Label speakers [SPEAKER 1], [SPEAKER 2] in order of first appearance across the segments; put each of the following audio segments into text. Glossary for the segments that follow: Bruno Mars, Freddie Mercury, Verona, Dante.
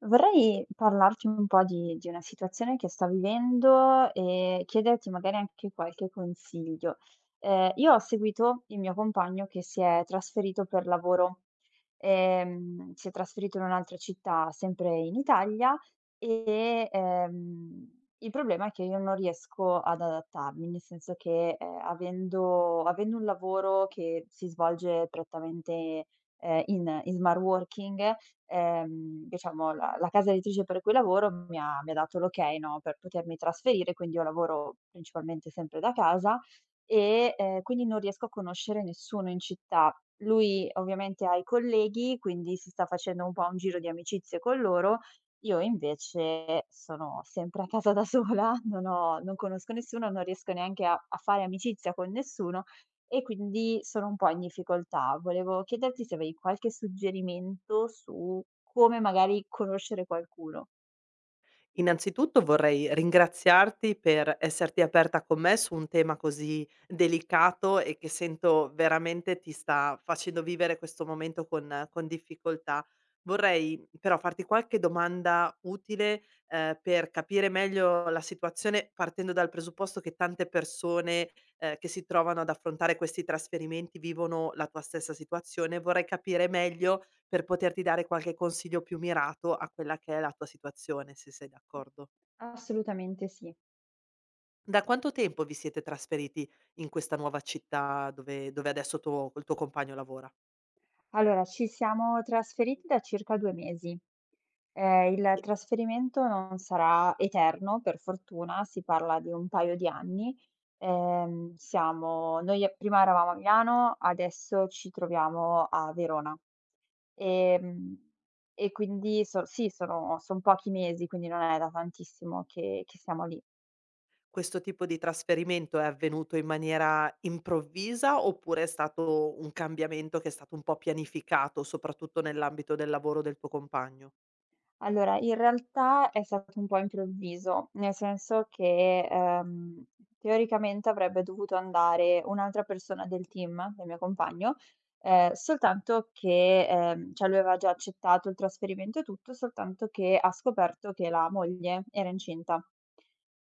[SPEAKER 1] Vorrei parlarti un po' di una situazione che sto vivendo e chiederti magari anche qualche consiglio. Io ho seguito il mio compagno che si è trasferito per lavoro. Si è trasferito in un'altra città, sempre in Italia, e il problema è che io non riesco ad adattarmi, nel senso che, avendo un lavoro che si svolge prettamente, in smart working. Diciamo la casa editrice per cui lavoro mi ha dato l'ok, no, per potermi trasferire, quindi io lavoro principalmente sempre da casa e quindi non riesco a conoscere nessuno in città. Lui ovviamente ha i colleghi, quindi si sta facendo un po' un giro di amicizie con loro. Io invece sono sempre a casa da sola, non conosco nessuno, non riesco neanche a fare amicizia con nessuno e quindi sono un po' in difficoltà. Volevo chiederti se avevi qualche suggerimento su come magari conoscere qualcuno.
[SPEAKER 2] Innanzitutto vorrei ringraziarti per esserti aperta con me su un tema così delicato e che sento veramente ti sta facendo vivere questo momento con difficoltà. Vorrei però farti qualche domanda utile per capire meglio la situazione partendo dal presupposto che tante persone che si trovano ad affrontare questi trasferimenti vivono la tua stessa situazione. Vorrei capire meglio per poterti dare qualche consiglio più mirato a quella che è la tua situazione, se sei d'accordo.
[SPEAKER 1] Assolutamente sì.
[SPEAKER 2] Da quanto tempo vi siete trasferiti in questa nuova città dove adesso tuo il tuo compagno lavora?
[SPEAKER 1] Allora, ci siamo trasferiti da circa 2 mesi. Il
[SPEAKER 2] E
[SPEAKER 1] trasferimento non sarà eterno, per fortuna, si parla di un paio di anni. Siamo noi prima eravamo a Milano, adesso ci troviamo a Verona. Ehm, e quindi sì, sono son pochi mesi, quindi non è da tantissimo che siamo lì.
[SPEAKER 2] questo tipo di trasferimento è avvenuto in maniera improvvisa oppure è stato un cambiamento che è stato un po' pianificato, soprattutto nell'ambito del lavoro del tuo compagno?
[SPEAKER 1] Allora, in realtà è stato un po' improvviso, nel senso che, teoricamente avrebbe dovuto andare un'altra persona del team, del mio compagno, soltanto che, cioè lui aveva già accettato il trasferimento e tutto, soltanto che ha scoperto che la moglie era incinta.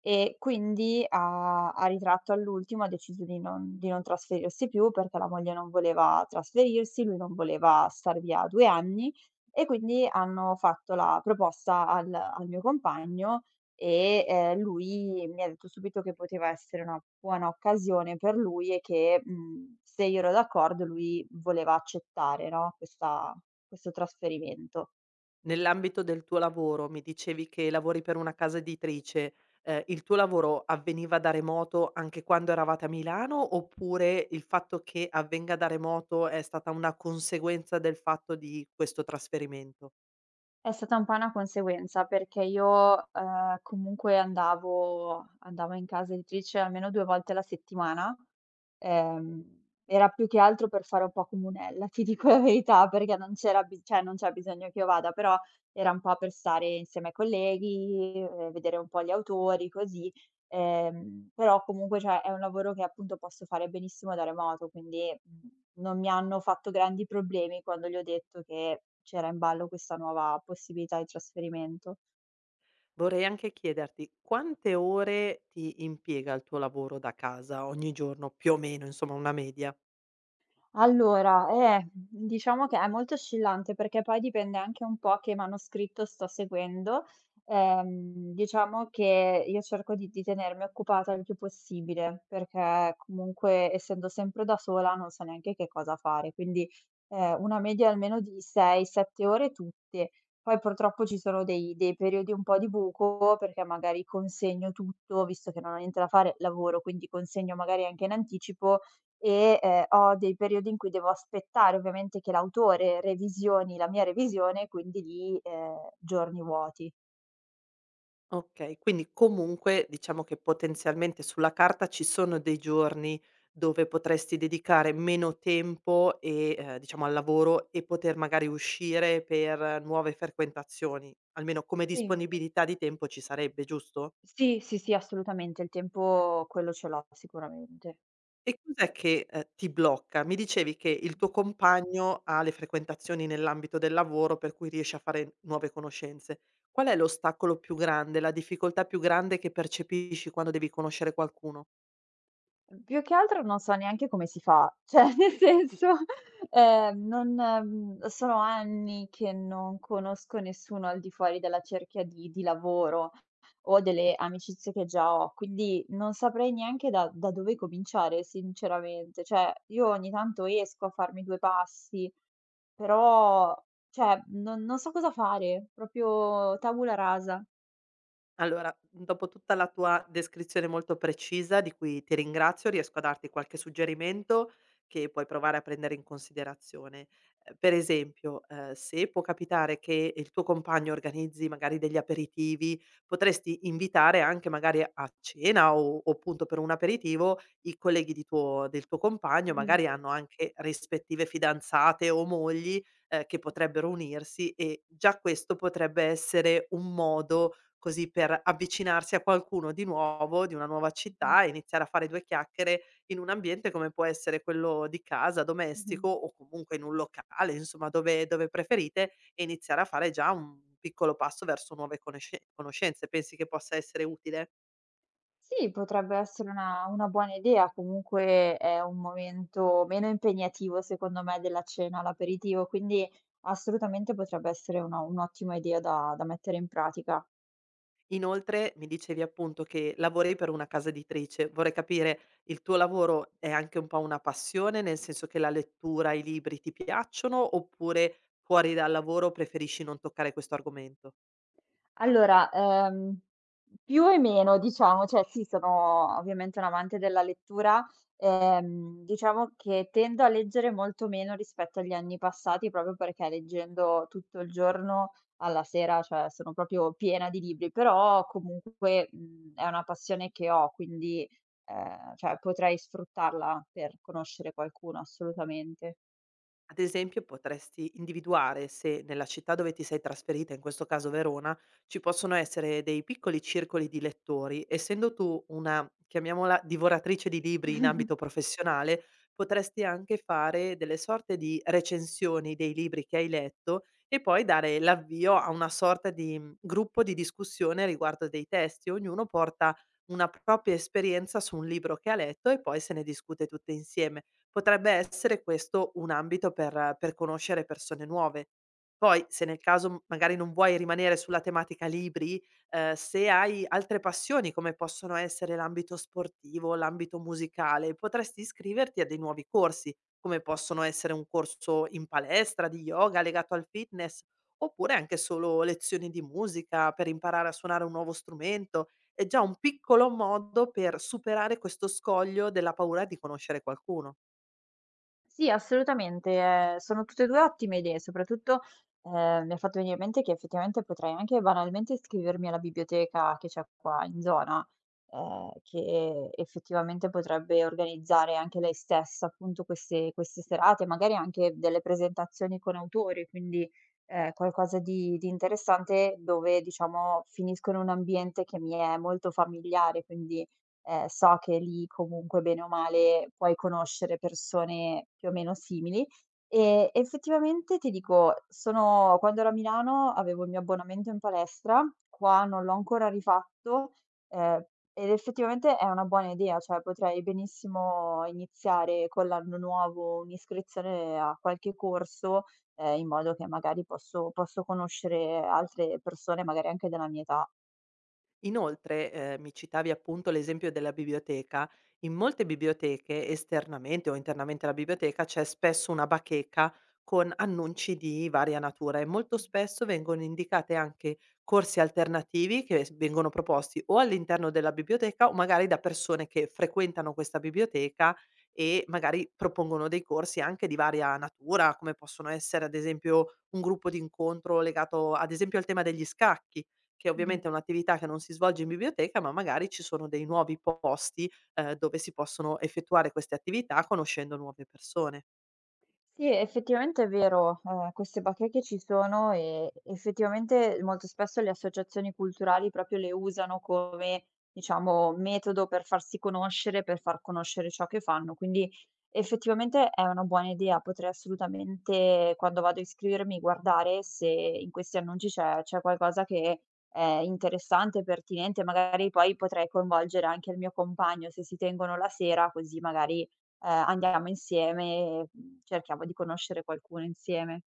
[SPEAKER 1] E quindi ha ritratto all'ultimo, ha deciso di non trasferirsi più perché la moglie non voleva trasferirsi, lui non voleva star via 2 anni e quindi hanno fatto la proposta al mio compagno e lui mi ha detto subito che poteva essere una buona occasione per lui e che, mhmm, se io ero d'accordo lui voleva accettare, no, questa questo trasferimento.
[SPEAKER 2] Nell'ambito del tuo lavoro mi dicevi che lavori per una casa editrice, il tuo lavoro avveniva da remoto anche quando eravate a Milano, oppure il fatto che avvenga da remoto è stata una conseguenza del fatto di questo trasferimento?
[SPEAKER 1] È stata un po' una conseguenza perché io, comunque andavo in casa editrice almeno 2 volte alla settimana. Ehm, Era più che altro per fare un po' comunella, ti dico la verità, perché non c'era bi cioè non c'è bisogno che io vada, però era un po' per stare insieme ai colleghi, vedere un po' gli autori, così. Però comunque, cioè, è un lavoro che appunto posso fare benissimo da remoto, quindi, mhmm, non mi hanno fatto grandi problemi quando gli ho detto che c'era in ballo questa nuova possibilità di trasferimento.
[SPEAKER 2] Vorrei anche chiederti quante ore ti impiega il tuo lavoro da casa ogni giorno, più o meno, insomma una media?
[SPEAKER 1] Allora, diciamo che è molto oscillante perché poi dipende anche un po' che manoscritto sto seguendo. Diciamo che io cerco di tenermi occupata il più possibile, perché comunque essendo sempre da sola non so neanche che cosa fare, quindi, una media almeno di 6, 7 ore tutte. Poi purtroppo ci sono dei periodi un po' di buco, perché magari consegno tutto, visto che non ho niente da fare, lavoro, quindi consegno magari anche in anticipo e ho dei periodi in cui devo aspettare ovviamente che l'autore revisioni la mia revisione, quindi lì, giorni vuoti.
[SPEAKER 2] Okay, quindi comunque diciamo che potenzialmente sulla carta ci sono dei giorni dove potresti dedicare meno tempo e diciamo al lavoro e poter magari uscire per nuove frequentazioni, almeno come
[SPEAKER 1] Sì.
[SPEAKER 2] disponibilità di tempo ci sarebbe, giusto?
[SPEAKER 1] Sì, sì, sì, assolutamente, il tempo quello ce l'ho sicuramente.
[SPEAKER 2] E cos'è che, ti blocca? Mi dicevi che il tuo compagno ha le frequentazioni nell'ambito del lavoro per cui riesce a fare nuove conoscenze. Qual è l'ostacolo più grande, la difficoltà più grande che percepisci quando devi conoscere qualcuno?
[SPEAKER 1] Mhmm, più che altro non so neanche come si fa, cioè nel senso, non mhmm, sono anni che non conosco nessuno al di fuori della cerchia di lavoro o delle amicizie che già ho, quindi non saprei neanche da dove cominciare sinceramente. Cioè, io ogni tanto esco a farmi 2 passi, però cioè non so cosa fare, proprio tabula rasa.
[SPEAKER 2] Allora, mhmm, dopo tutta la tua descrizione molto precisa, di cui ti ringrazio, riesco a darti qualche suggerimento che puoi provare a prendere in considerazione. Per esempio, se può capitare che il tuo compagno organizzi magari degli aperitivi, potresti invitare anche magari a cena o appunto per un aperitivo i colleghi di tuo del tuo compagno,
[SPEAKER 1] Mh-mh,
[SPEAKER 2] magari hanno anche rispettive fidanzate o mogli, che potrebbero unirsi e già questo potrebbe essere un modo così per avvicinarsi a qualcuno di nuovo, di una nuova
[SPEAKER 1] mh-mh,
[SPEAKER 2] città e iniziare a fare 2 chiacchiere in un ambiente come può essere quello di casa,
[SPEAKER 1] mh-mh.
[SPEAKER 2] domestico o comunque in un locale, insomma dove preferite e iniziare a fare già un piccolo passo verso nuove conoscenze. Pensi che possa essere utile?
[SPEAKER 1] Sì, potrebbe essere una buona idea, comunque è un momento meno impegnativo secondo me della cena, l'aperitivo, quindi assolutamente potrebbe essere una un'ottima idea da mettere in pratica.
[SPEAKER 2] Inoltre mi dicevi appunto che lavori per una casa editrice. Vorrei capire, il tuo lavoro è anche un po' una passione, nel senso che la lettura, i libri ti piacciono, oppure fuori dal lavoro preferisci non toccare questo argomento?
[SPEAKER 1] Allora, più e meno diciamo, cioè sì, sono ovviamente un amante della lettura, diciamo che tendo a leggere molto meno rispetto agli anni passati, proprio perché leggendo tutto il giorno, alla sera, cioè sono proprio piena di libri, però comunque, mhmm, è una passione che ho, quindi, cioè potrei sfruttarla per conoscere qualcuno assolutamente.
[SPEAKER 2] Ad esempio potresti individuare se nella città dove ti sei trasferita, in questo caso Verona, ci possono essere dei piccoli circoli di lettori. Essendo tu una, chiamiamola, divoratrice di libri in ambito professionale, potresti anche fare delle sorte di recensioni dei libri che hai letto e poi dare l'avvio a una sorta di gruppo di discussione riguardo dei testi. Ognuno porta una propria esperienza su un libro che ha letto e poi se ne discute tutte insieme. Potrebbe essere questo un ambito per conoscere persone nuove. Poi, se nel caso, m magari non vuoi rimanere sulla tematica libri, se hai altre passioni, come possono essere l'ambito sportivo, l'ambito musicale, potresti iscriverti a dei nuovi corsi, come possono essere un corso in palestra di yoga legato al fitness, oppure anche solo lezioni di musica per imparare a suonare un nuovo strumento. È già un piccolo modo per superare questo scoglio della paura di conoscere qualcuno.
[SPEAKER 1] Sì, assolutamente, sono tutte e 2 ottime idee, soprattutto, mi ha fatto venire in mente che effettivamente potrei anche banalmente iscrivermi alla biblioteca che c'è qua in zona, che effettivamente potrebbe organizzare anche lei stessa, appunto, queste serate, magari anche delle presentazioni con autori, quindi, qualcosa di interessante dove, diciamo, finisco in un ambiente che mi è molto familiare, quindi so che lì comunque bene o male puoi conoscere persone più o meno simili. E effettivamente ti dico, sono quando ero a Milano avevo il mio abbonamento in palestra, qua non l'ho ancora rifatto, ehm, ed effettivamente è una buona idea, cioè potrei benissimo iniziare con l'anno nuovo un'iscrizione a qualche corso, in modo che magari posso conoscere altre persone, magari anche della mia età.
[SPEAKER 2] Inoltre, mi citavi appunto l'esempio della biblioteca. In molte biblioteche, esternamente o internamente alla biblioteca, c'è spesso una bacheca con annunci di varia natura e molto
[SPEAKER 1] Mh-mh.
[SPEAKER 2] spesso vengono indicate anche corsi alternativi che s vengono proposti o all'interno della biblioteca o magari da persone che frequentano questa biblioteca e magari propongono dei corsi anche di varia natura, come possono essere ad esempio un gruppo d'incontro legato ad esempio al tema degli scacchi che
[SPEAKER 1] Mh-mh.
[SPEAKER 2] ovviamente è un'attività che non si svolge in biblioteca, ma magari ci sono dei nuovi posti, dove si possono effettuare queste attività conoscendo nuove persone.
[SPEAKER 1] Sì, effettivamente è vero, queste bacheche ci sono e effettivamente molto spesso le associazioni culturali proprio le usano come, diciamo, metodo per farsi conoscere, per far conoscere ciò che fanno. Quindi effettivamente è una buona idea, potrei assolutamente quando vado a iscrivermi guardare se in questi annunci c'è qualcosa che è interessante, pertinente, magari poi potrei coinvolgere anche il mio compagno se si tengono la sera, così magari andiamo insieme, mhmm, cerchiamo di conoscere qualcuno insieme.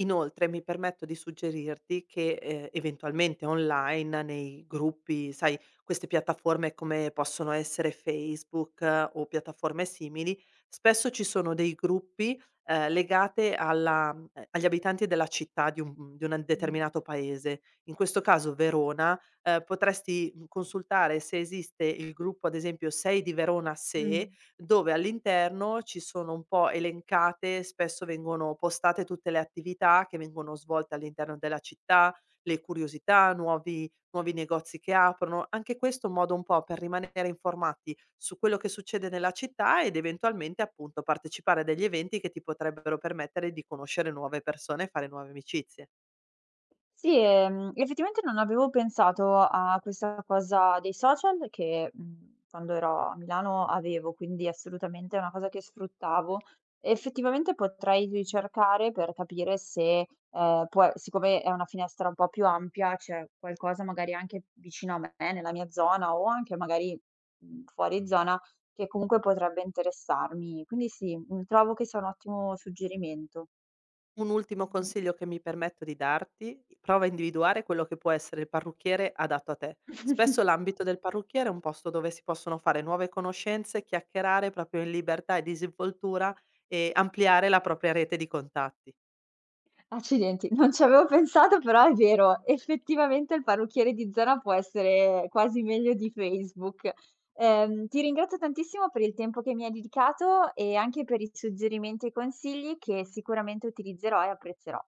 [SPEAKER 2] Inoltre mi permetto di suggerirti che, eventualmente online nei gruppi, sai, queste piattaforme come possono essere Facebook o piattaforme simili, spesso ci sono dei gruppi, legate alla agli abitanti della città di un
[SPEAKER 1] Mh.
[SPEAKER 2] determinato paese. In questo caso Verona, potresti, mhmm, consultare se esiste il gruppo ad esempio "Sei di Verona
[SPEAKER 1] Mh.
[SPEAKER 2] se", dove all'interno ci sono un po' elencate, spesso vengono postate tutte le attività che vengono svolte all'interno della città, le curiosità, nuovi negozi che aprono. Anche questo è un modo un po' per rimanere informati su quello che succede nella città ed eventualmente appunto partecipare a degli eventi che ti potrebbero permettere di conoscere nuove persone e fare nuove amicizie.
[SPEAKER 1] Sì, effettivamente non avevo pensato a questa cosa dei social che, mhmm, quando ero a Milano avevo, quindi assolutamente è una cosa che sfruttavo. Effettivamente potrei ricercare per capire se, può e siccome è una finestra un po' più ampia, c'è qualcosa magari anche vicino a me, nella mia zona o anche magari, mhmm, fuori zona, che comunque potrebbe interessarmi. Quindi sì, mhmm, trovo che sia un ottimo suggerimento.
[SPEAKER 2] Un ultimo consiglio che mi permetto di darti: prova a individuare quello che può essere il parrucchiere adatto a te.
[SPEAKER 1] Mh-mh.
[SPEAKER 2] Spesso l'ambito del parrucchiere è un posto dove si possono fare nuove conoscenze, chiacchierare proprio in libertà e disinvoltura e ampliare la propria rete di contatti.
[SPEAKER 1] Accidenti, non ci avevo pensato, però è vero, effettivamente il parrucchiere di zona può essere quasi meglio di Facebook. Ti ringrazio tantissimo per il tempo che mi hai dedicato e anche per i suggerimenti e consigli che sicuramente utilizzerò e apprezzerò.